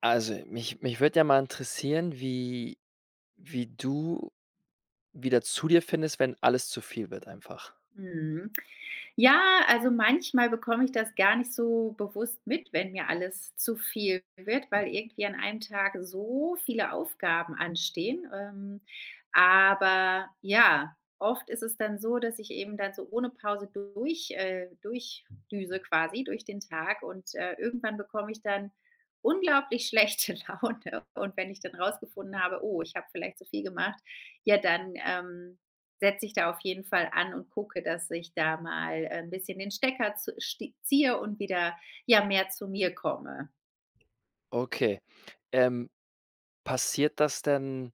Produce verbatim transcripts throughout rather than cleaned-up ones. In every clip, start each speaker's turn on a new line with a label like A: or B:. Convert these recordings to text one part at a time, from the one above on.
A: Also, mich mich würde ja mal interessieren, wie wie du wieder zu dir findest, wenn alles zu viel wird einfach.
B: Mhm. Ja, also manchmal bekomme ich das gar nicht so bewusst mit, wenn mir alles zu viel wird, weil irgendwie an einem Tag so viele Aufgaben anstehen. Ähm, aber ja, oft ist es dann so, dass ich eben dann so ohne Pause durch, äh, durchdüse quasi durch den Tag, und äh, irgendwann bekomme ich dann unglaublich schlechte Laune. Und wenn ich dann rausgefunden habe, oh, ich habe vielleicht zu viel gemacht, ja, dann. Ähm, setze ich da auf jeden Fall an und gucke, dass ich da mal, äh, 'n bisschen den Stecker zu sti ziehe und wieder, ja, mehr zu mir komme.
A: Okay. Ähm, passiert das denn,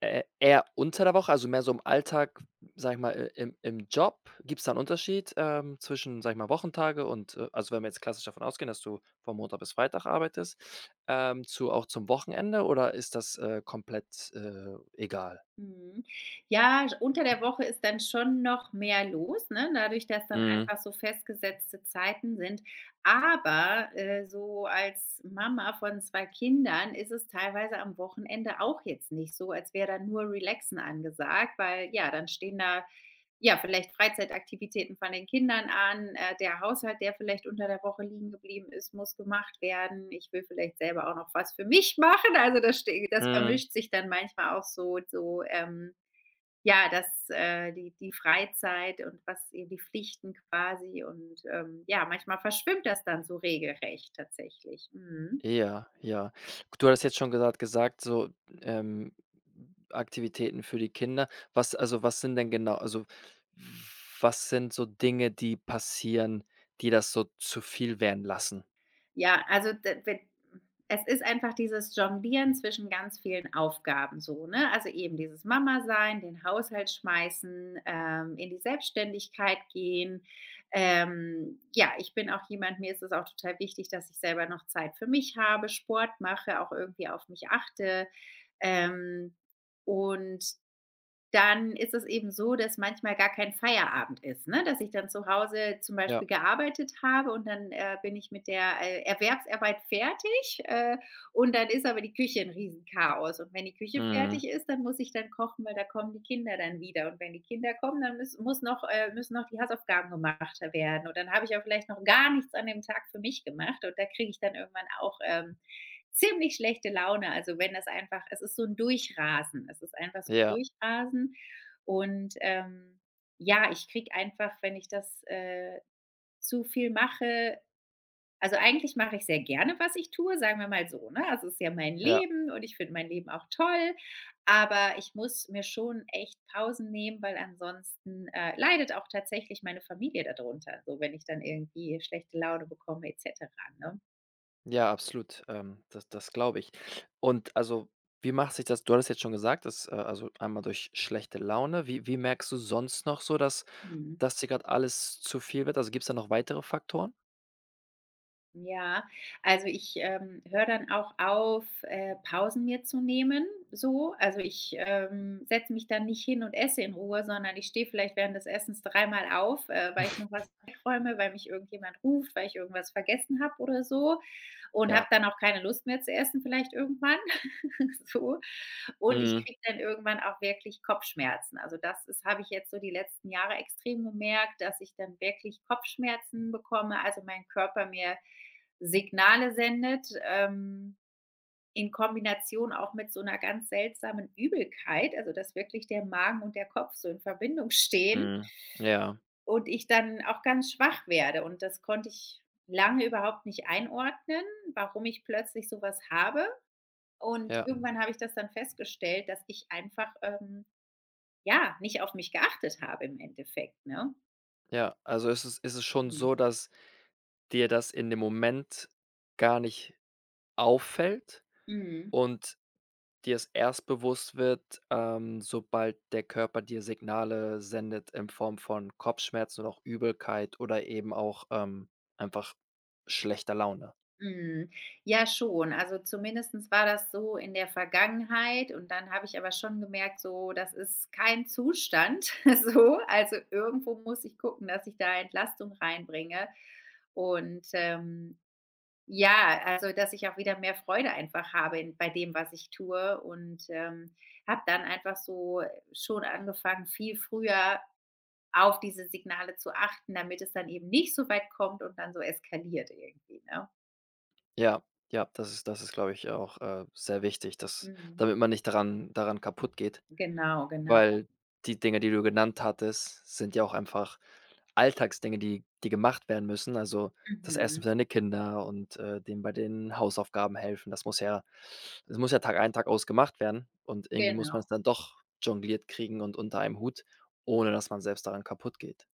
A: äh, eher unter der Woche, also mehr so im Alltag, sage ich mal, i im im Job? Gibt's da 'n Unterschied, ähm, zwischen, sage ich mal, Wochentage und, äh also, wenn wir jetzt klassisch davon ausgehen, dass du von Montag bis Freitag arbeitest, ähm, zu auch zum Wochenende oder ist das, äh, komplett, äh, egal?
B: Mhm. Ja, sch unter der Woche ist dann schon noch mehr los, ne, dadurch, dass dann
A: Mhm.
B: einfach so festgesetzte Zeiten sind. Aber, äh, so als Mama von zwei Kindern ist es teilweise am Wochenende auch jetzt nicht so, als wäre da nur Relaxen angesagt, weil ja, dann stehen da, ja, vielleicht Freizeitaktivitäten von den Kindern an. Äh, der Haushalt, der vielleicht unter der Woche liegen geblieben ist, muss gemacht werden. Ich will vielleicht selber auch noch was für mich machen. Also, das ste das
A: Mhm.
B: vermischt sich dann manchmal auch so so, ähm, ja, das äh, die die Freizeit und was eben die Pflichten quasi, und, ähm, ja, manchmal verschwimmt das dann so regelrecht tatsächlich. Mhm.
A: Ja, ja. Du hattest jetzt schon gesagt gesagt, so, ähm, Aktivitäten für die Kinder. Was also, was sind denn genau also, was sind so Dinge, die passieren, die das so zu viel werden lassen?
B: Ja, also d we es ist einfach dieses Jonglieren zwischen ganz vielen Aufgaben so, ne? Also, eben dieses Mama sein, den Haushalt schmeißen, ähm, in die Selbstständigkeit gehen. Ähm, ja, ich bin auch jemand Mir ist es auch total wichtig, dass ich selber noch Zeit für mich habe, Sport mache, auch irgendwie auf mich achte. Ähm, und dann ist es eben so, dass manchmal gar kein Feierabend ist, ne? Dass ich dann zu Hause zum
A: Ja.
B: Beispiel gearbeitet habe, und dann, äh, bin ich mit der, äh, Erwerbsarbeit fertig, äh, und dann ist aber die Küche ein Riesenchaos. Und wenn die Küche
A: Mhm.
B: fertig ist, dann muss ich dann kochen, weil da kommen die Kinder dann wieder. Und wenn die Kinder kommen, dann müssen muss noch äh, müssen noch die Hausaufgaben gemacht werden. Und dann habe ich auch vielleicht noch gar nichts an dem Tag für mich gemacht, und da kriege ich dann irgendwann auch, ähm, ziemlich schlechte Laune. Also, wenn das einfach Es ist so ein Durchrasen. Es ist einfach so ein
A: Ja,
B: Durchrasen, und, ähm, ja, ich kriege einfach, wenn ich das, äh, zu viel mache — also, eigentlich mache ich sehr gerne, was ich tue, sagen wir mal so, ne? Also, es ist ja mein
A: ja,
B: Leben und ich finde mein Leben auch toll, aber ich muss mir schon echt Pausen nehmen, weil ansonsten, äh, leidet auch tatsächlich meine Familie darunter, so, wenn ich dann irgendwie schlechte Laune bekomme et cetera, ne?
A: ja, absolut. Ähm, das das glaube ich. Und also, wie macht sich das du hattest jetzt schon gesagt, dass, äh also, einmal durch schlechte Laune. Wie wie merkst du sonst noch so, dass
B: Mhm.
A: dass dir gerade alles zu viel wird? Also, gibt es da noch weitere Faktoren?
B: Ja, also ich, ähm, höre dann auch auf, äh, Pausen mir zu nehmen, so. Also ich, ähm, setze mich dann nicht hin und esse in Ruhe, sondern ich stehe vielleicht während des Essens dreimal auf, äh, weil ich noch was wegräume, weil mich irgendjemand ruft, weil ich irgendwas vergessen habe oder so, und habe
A: Ja.
B: dann auch keine Lust mehr zu essen vielleicht irgendwann. So. Und ich
A: Mhm.
B: kriege dann irgendwann auch wirklich Kopfschmerzen. Also, das ist habe ich jetzt so die letzten Jahre extrem gemerkt, dass ich dann wirklich Kopfschmerzen bekomme, also mein Körper mir Signale sendet, ähm, in Kombination auch mit so einer ganz seltsamen Übelkeit, also dass wirklich der Magen und der Kopf so in Verbindung stehen,
A: Mhm. Ja,
B: und ich dann auch ganz schwach werde. Und das konnte ich lange überhaupt nicht einordnen, warum ich plötzlich sowas habe. Und
A: ja,
B: irgendwann habe ich das dann festgestellt, dass ich einfach, ähm, ja, nicht auf mich geachtet habe im Endeffekt, ne?
A: ja. Also ist es ist es schon
B: Mhm.
A: so, dass dir das in dem Moment gar nicht auffällt
B: Mhm.
A: und dir es erst bewusst wird, ähm, sobald der Körper dir Signale sendet in Form von Kopfschmerzen und auch Übelkeit oder eben auch, ähm, einfach schlechter Laune.
B: Mhm. Ja, schon. Also zumindestens war das so in der Vergangenheit, und dann habe ich aber schon gemerkt, so, das ist kein Zustand, so. Also irgendwo muss ich gucken, dass ich da Entlastung reinbringe, und, ähm ja, also, dass ich auch wieder mehr Freude einfach habe in bei dem, was ich tue, und, ähm, habe dann einfach so schon angefangen, viel früher auf diese Signale zu achten, damit es dann eben nicht so weit kommt und dann so eskaliert irgendwie, ne?
A: Ja, ja, das ist das ist, glaube ich, auch, äh, sehr wichtig, dass
B: Mhm.
A: damit man nicht daran daran kaputt geht,
B: Genau, genau.
A: weil die Dinge, die du genannt hattest, sind ja auch einfach Alltagsdinge, die die gemacht werden müssen. Also, das Essen
B: Mhm.
A: für deine Kinder und, äh, denen bei den Hausaufgaben helfen. Das muss ja das muss ja Tag ein, Tag aus gemacht werden und irgendwie muss
B: Genau,
A: man es dann doch jongliert kriegen und unter einem Hut, ohne dass man selbst daran kaputt geht.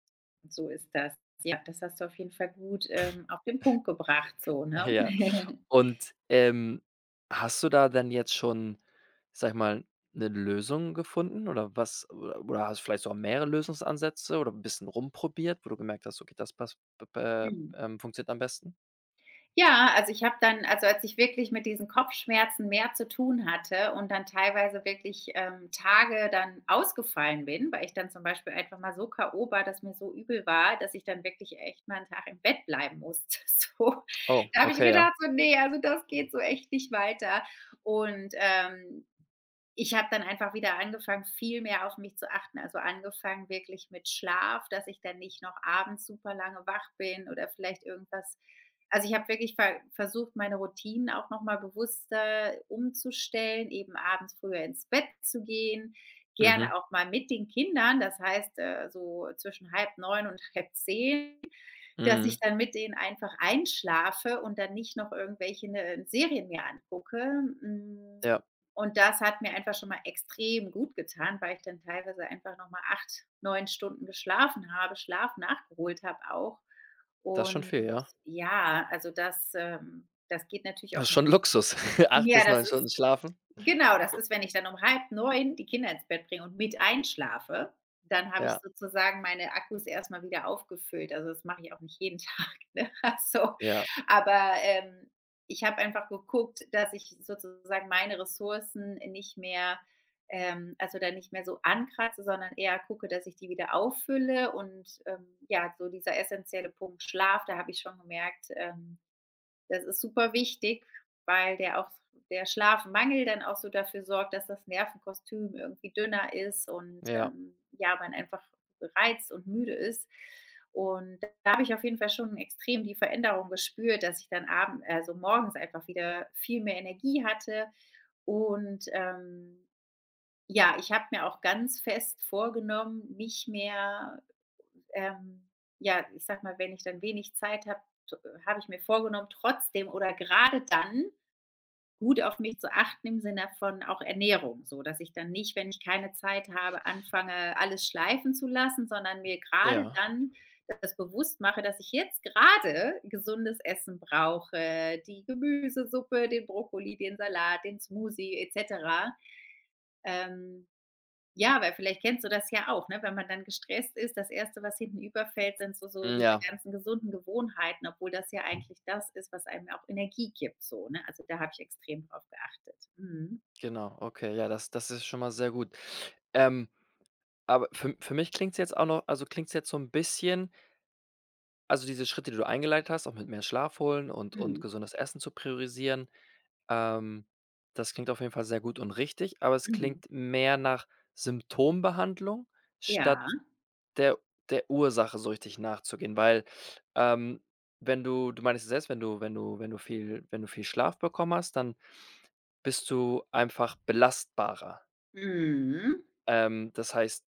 B: so ist das. Ja, das hast du auf jeden Fall gut, ähm, auf den Punkt gebracht so, ne?
A: Ja. Und, ähm, hast du da dann jetzt schon, sage ich mal, eine Lösung gefunden oder was oder oder hast du vielleicht sogar mehrere Lösungsansätze oder ein bisschen rumprobiert, wo du gemerkt hast: „Okay, das passt b äh,
B: Mhm.
A: ähm, funktioniert am besten?“
B: Ja, also ich habe dann also als ich wirklich mit diesen Kopfschmerzen mehr zu tun hatte, und dann teilweise wirklich, ähm, Tage dann ausgefallen bin, weil ich dann zum Beispiel einfach mal so k o war, dass mir so übel war, dass ich dann wirklich echt mal einen Tag im Bett bleiben musste. So.
A: Oh,
B: Da habe ich
A: okay, ja.
B: gedacht so: „Nee, also das geht so echt nicht weiter." Und, ähm ich habe dann einfach wieder angefangen, viel mehr auf mich zu achten. Also, angefangen wirklich mit Schlaf, dass ich dann nicht noch abends super lange wach bin oder vielleicht irgendwas also, ich habe wirklich ver versucht, meine Routinen auch noch mal bewusster umzustellen, eben abends früher ins Bett zu gehen,
A: Mhm,
B: gerne auch mal mit den Kindern. Das heißt, äh, so zwischen halb neun und halb zehn. Dass
A: mhm.
B: ich dann mit denen einfach einschlafe und dann nicht noch irgendwelche, ne, äh, Serien mir angucke. Hm,
A: Ja,
B: und das hat mir einfach schon mal extrem gut getan, weil ich dann teilweise einfach noch mal acht, neun Stunden geschlafen habe, Schlaf nachgeholt habe auch.
A: das ist schon
B: Und
A: viel, ja.
B: ja, also das ähm, das geht natürlich
A: Das
B: auch
A: ist
B: nicht.
A: schon Luxus. Acht
B: Ja,
A: bis neun
B: das ist
A: Stunden schlafen.
B: Genau, das ist, wenn ich dann um halb neun die Kinder ins Bett bringe und mit einschlafe, dann habe ich
A: Ja,
B: sozusagen meine Akkus erstmal wieder aufgefüllt. Also, das mache ich auch nicht jeden Tag, ne? Also,
A: ja,
B: aber, ähm, ich habe einfach geguckt, dass ich sozusagen meine Ressourcen nicht mehr — ähm, also, da nicht mehr so ankratze, sondern eher gucke, dass ich die wieder auffülle, und, ähm, ja, so dieser essentielle Punkt Schlaf, da habe ich schon gemerkt, ähm, das ist super wichtig, weil der auch der Schlafmangel dann auch so dafür sorgt, dass das Nervenkostüm irgendwie dünner ist, und,
A: ja,
B: ähm, ja, man einfach gereizt und müde ist. Und da habe ich auf jeden Fall schon extrem die Veränderung gespürt, dass ich dann abends also morgens einfach wieder viel mehr Energie hatte. Und, ähm, ja, ich habe mir auch ganz fest vorgenommen, nicht mehr — ähm, ja, ich sag mal, wenn ich dann wenig Zeit habe, habe ich mir vorgenommen, trotzdem oder gerade dann gut auf mich zu achten im Sinne von auch Ernährung, so dass ich dann nicht, wenn ich keine Zeit habe, anfange, alles schleifen zu lassen, sondern mir gerade
A: ja.
B: dann das bewusst mache, dass ich jetzt gerade gesundes Essen brauche, die Gemüsesuppe, den Brokkoli, den Salat, den Smoothie et cetera, ähm, ja, weil vielleicht kennst du das ja auch, ne? Wenn man dann gestresst ist, das erste, was hinten überfällt, sind so so
A: Hm,
B: diese
A: ja,
B: ganzen gesunden Gewohnheiten, obwohl das ja eigentlich das ist, was einem auch Energie gibt so, ne? Also, da habe ich extrem drauf geachtet. Mhm.
A: genau. Okay, ja, das das ist schon mal sehr gut. Ähm, aber für für mich klingt's jetzt auch noch also, klingt's jetzt so ein bisschen also, diese Schritte, die du eingeleitet hast, auch mit mehr Schlaf holen und und
B: Mhm.
A: gesundes Essen zu priorisieren, ähm, das klingt auf jeden Fall sehr gut und richtig, aber es
B: Mhm.
A: klingt mehr nach Symptombehandlung statt
B: Ja.
A: der der Ursache so richtig nachzugehen, weil, ähm, wenn du du meinst ja selbst, wenn du wenn du wenn du viel wenn du viel Schlaf bekommen hast, dann bist du einfach belastbarer.
B: Mhm.
A: Ähm, das heißt,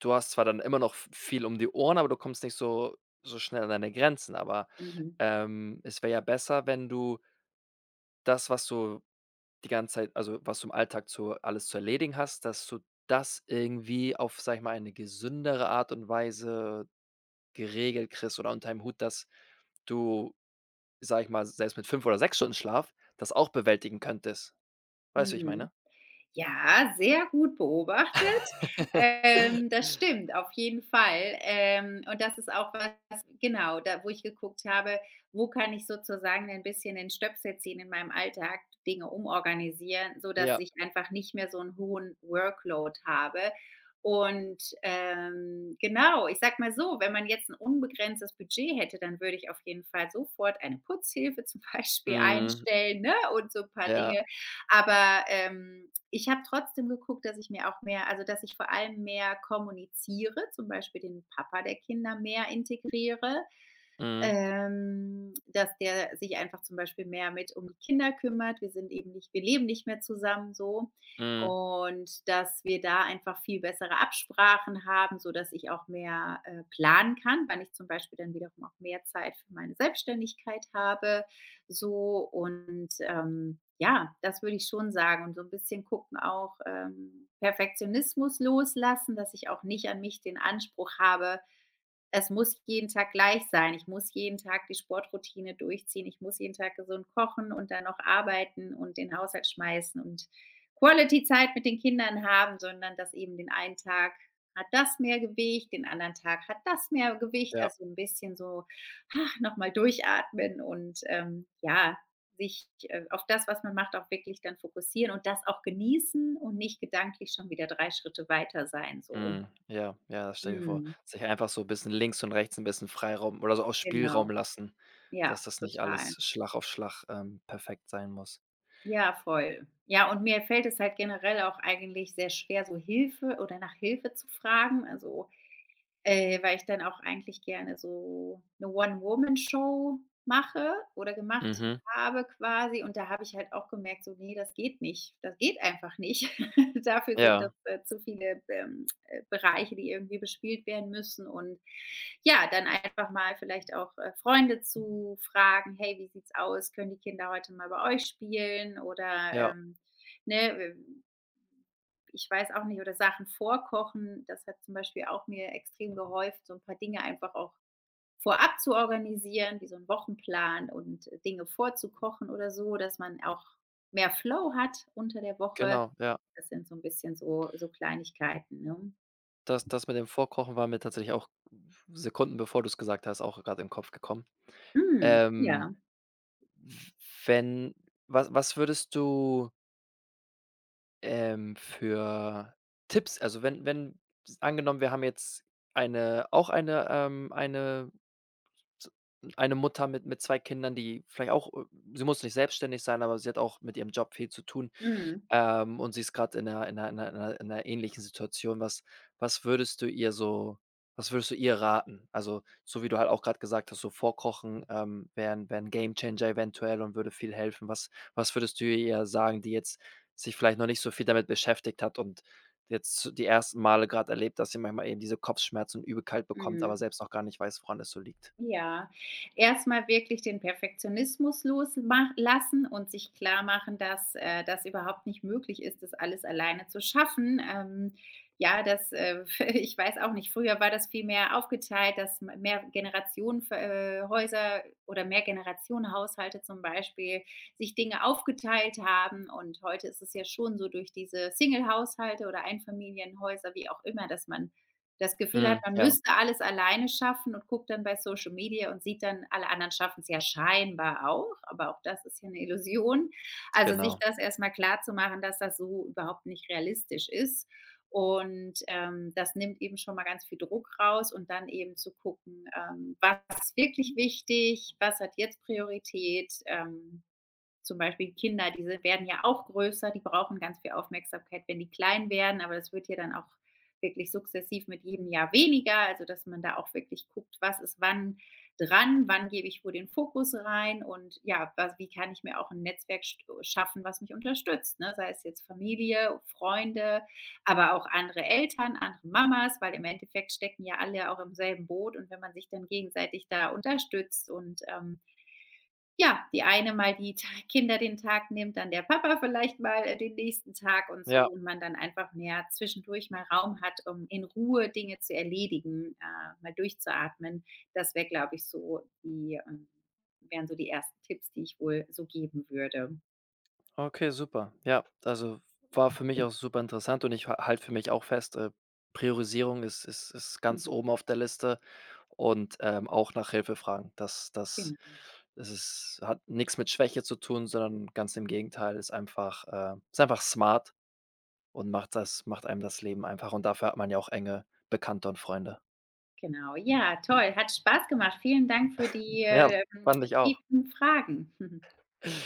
A: du hast zwar dann immer noch v viel um die Ohren, aber du kommst nicht so so schnell an deine Grenzen, aber,
B: Mhm.
A: ähm, es wäre ja besser, wenn du das, was du die ganze Zeit also, was du im Alltag zu alles zu erledigen hast, dass du das irgendwie auf, sage ich mal, eine gesündere Art und Weise geregelt kriegst oder unter einem Hut, dass du, sage ich mal, selbst mit fünf oder sechs Stunden Schlaf das auch bewältigen könntest. Weißt du, wie ich
B: Mhm.
A: meine?
B: Ja, sehr gut beobachtet. Ähm, das stimmt, auf jeden Fall. Ähm, und das ist auch was genau, da wo ich geguckt habe, wo kann ich sozusagen ein bisschen den Stöpsel ziehen in meinem Alltag, Dinge umorganisieren, sodass
A: Ja,
B: ich einfach nicht mehr so einen hohen Workload habe. Und, ähm, genau, ich sag mal so, wenn man jetzt ein unbegrenztes Budget hätte, dann würde ich auf jeden Fall sofort eine Putzhilfe zum Beispiel
A: mhm,
B: einstellen, ne, und so ein paar
A: ja,
B: Dinge. Aber, ähm, ich habe trotzdem geguckt, dass ich mir auch mehr also, dass ich vor allem mehr kommuniziere, zum Beispiel den Papa der Kinder mehr integriere,
A: mhm,
B: ähm, dass der sich einfach zum Beispiel mehr mit um die Kinder kümmert. Wir sind eben nicht wir leben nicht mehr zusammen so,
A: mhm,
B: und dass wir da einfach viel bessere Absprachen haben, sodass ich auch mehr, äh, planen kann, weil ich zum Beispiel dann wiederum auch mehr Zeit für meine Selbstständigkeit habe, so. Und, ähm, ja, das würde ich schon sagen, und so ein bisschen gucken auch, ähm, Perfektionismus loslassen, dass ich auch nicht an mich den Anspruch habe, es muss jeden Tag gleich sein. Ich muss jeden Tag die Sportroutine durchziehen. Ich muss jeden Tag gesund kochen und dann noch arbeiten und den Haushalt schmeißen und Quality-Zeit mit den Kindern haben, sondern dass eben den einen Tag hat das mehr Gewicht, den anderen Tag hat das mehr Gewicht.
A: ja,
B: Also ein bisschen so nochmal durchatmen, und ähm, ja, sich äh, auf das, was man macht, auch wirklich dann fokussieren und das auch genießen und nicht gedanklich schon wieder drei Schritte weiter sein. So.
A: mhm, ja, ja, das stelle ich mir vor.
B: Mm,
A: Sich einfach so ein bisschen links und rechts ein bisschen Freiraum oder so auch Spielraum
B: genau.
A: lassen,
B: Ja,
A: dass das nicht
B: total.
A: alles Schlag auf Schlag, ähm, perfekt sein muss.
B: Ja, voll. Ja, und mir fällt es halt generell auch eigentlich sehr schwer, so Hilfe oder nach Hilfe zu fragen. Also, Äh, weil ich dann auch eigentlich gerne so eine One-Woman-Show mache oder gemacht
A: Mhm.
B: habe quasi, und da habe ich halt auch gemerkt, so: „Nee, das geht nicht. Das geht einfach nicht." Dafür sind
A: Ja,
B: das, äh, zu viele, ähm, äh, Bereiche, die irgendwie bespielt werden müssen, und ja, dann einfach mal vielleicht auch, äh, Freunde zu fragen: „Hey, wie sieht's aus? Können die Kinder heute mal bei euch spielen?" Oder,
A: ja,
B: ähm, ne, ich weiß auch nicht, oder Sachen vorkochen, das hat zum Beispiel auch mir extrem geholfen, so ein paar Dinge einfach auch vorab zu organisieren, wie so 'n Wochenplan, und äh, Dinge vorzukochen oder so, dass man auch mehr Flow hat unter der Woche.
A: genau, ja.
B: Das sind so ein bisschen so so Kleinigkeiten, ne?
A: Das das mit dem Vorkochen war mir tatsächlich auch Sekunden bevor du es gesagt hast, auch gerade im Kopf gekommen.
B: Mhm,
A: Ähm,
B: ja.
A: wenn was was würdest du, ähm, für Tipps also, wenn wenn s angenommen, wir haben jetzt eine auch eine ähm, eine z eine Mutter mit mit zwei Kindern, die vielleicht auch, äh sie muss nicht selbstständig sein, aber sie hat auch mit ihrem Job viel zu tun.
B: Mhm,
A: Ähm, und sie ist gerade in einer in 'ner in 'ner in 'ner ähnlichen Situation. Was was würdest du ihr so was würdest du ihr raten? Also, so wie du halt auch gerade gesagt hast, so Vorkochen, ähm, wäre 'n wäre 'n Gamechanger eventuell und würde viel helfen. Was was würdest du ihr sagen, die jetzt sich vielleicht noch nicht so viel damit beschäftigt hat und jetzt so die ersten Male gerade erlebt, dass sie manchmal eben diese Kopfschmerzen und Übelkeit bekommt, aber
B: mhm.
A: selbst noch gar nicht weiß, woran es so liegt?
B: Ja, erstmal wirklich den Perfektionismus loslassen und sich klar machen, dass, äh, das überhaupt nicht möglich ist, das alles alleine zu schaffen. Ähm, ja, das, äh, ich weiß auch nicht, früher war das viel mehr aufgeteilt, dass m mehr Generationenhäuser ver äh, Häuser oder Mehrgenerationenhaushalte zum Beispiel sich Dinge aufgeteilt haben. Und heute ist es ja schon so durch diese Singlehaushalte oder Einfamilienhäuser, wie auch immer, dass man das Gefühl hat,
A: Mhm,
B: man
A: ja,
B: müsste alles alleine schaffen und guckt dann bei Social Media und sieht dann, alle anderen schaffen es ja scheinbar auch, aber auch das ist ja eine Illusion. Also, sich
A: genau.
B: das erst mal machen, dass das so überhaupt nicht realistisch ist, und, ähm, das nimmt eben schon mal ganz viel Druck raus, und dann eben zu gucken, ähm, was ist wirklich wichtig, was hat jetzt Priorität, ähm, zum Beispiel Kinder, diese werden ja auch größer, die brauchen ganz viel Aufmerksamkeit, wenn die klein werden, aber das wird ja dann auch wirklich sukzessiv mit jedem Jahr weniger, also dass man da auch wirklich guckt, was ist wann dran, wann gebe ich wo den Fokus rein, und ja, was, wie kann ich mir auch ein Netzwerk st- schaffen, was mich unterstützt, ne? Sei es jetzt Familie, Freunde, aber auch andere Eltern, andere Mamas, weil im Endeffekt stecken ja alle auch im selben Boot, und wenn man sich dann gegenseitig da unterstützt, und ähm, ja, die eine mal die Ta Kinder den Tag nimmt, dann der Papa vielleicht mal, äh, den nächsten Tag und so,
A: Ja.
B: und man dann einfach mehr zwischendurch mal Raum hat, um in Ruhe Dinge zu erledigen, äh, mal durchzuatmen. Das wäre, glaube ich, so die ähm, wären so die ersten Tipps, die ich wohl so geben würde.
A: Okay, super. Ja, also war für mich auch super interessant und ich ha halte für mich auch fest, äh, Priorisierung ist ist ist ganz
B: Mhm.
A: oben auf der Liste und, ähm, auch nach Hilfe fragen. Das das
B: Genau,
A: das ist hat nichts mit Schwäche zu tun, sondern ganz im Gegenteil, ist einfach, äh ist einfach smart und macht das macht einem das Leben einfach und dafür hat man ja auch enge Bekannte und Freunde.
B: genau. Ja, toll, hat Spaß gemacht. Vielen Dank für die,
A: Ja,
B: äh, ähm,
A: fand ich auch.
B: tiefen Fragen.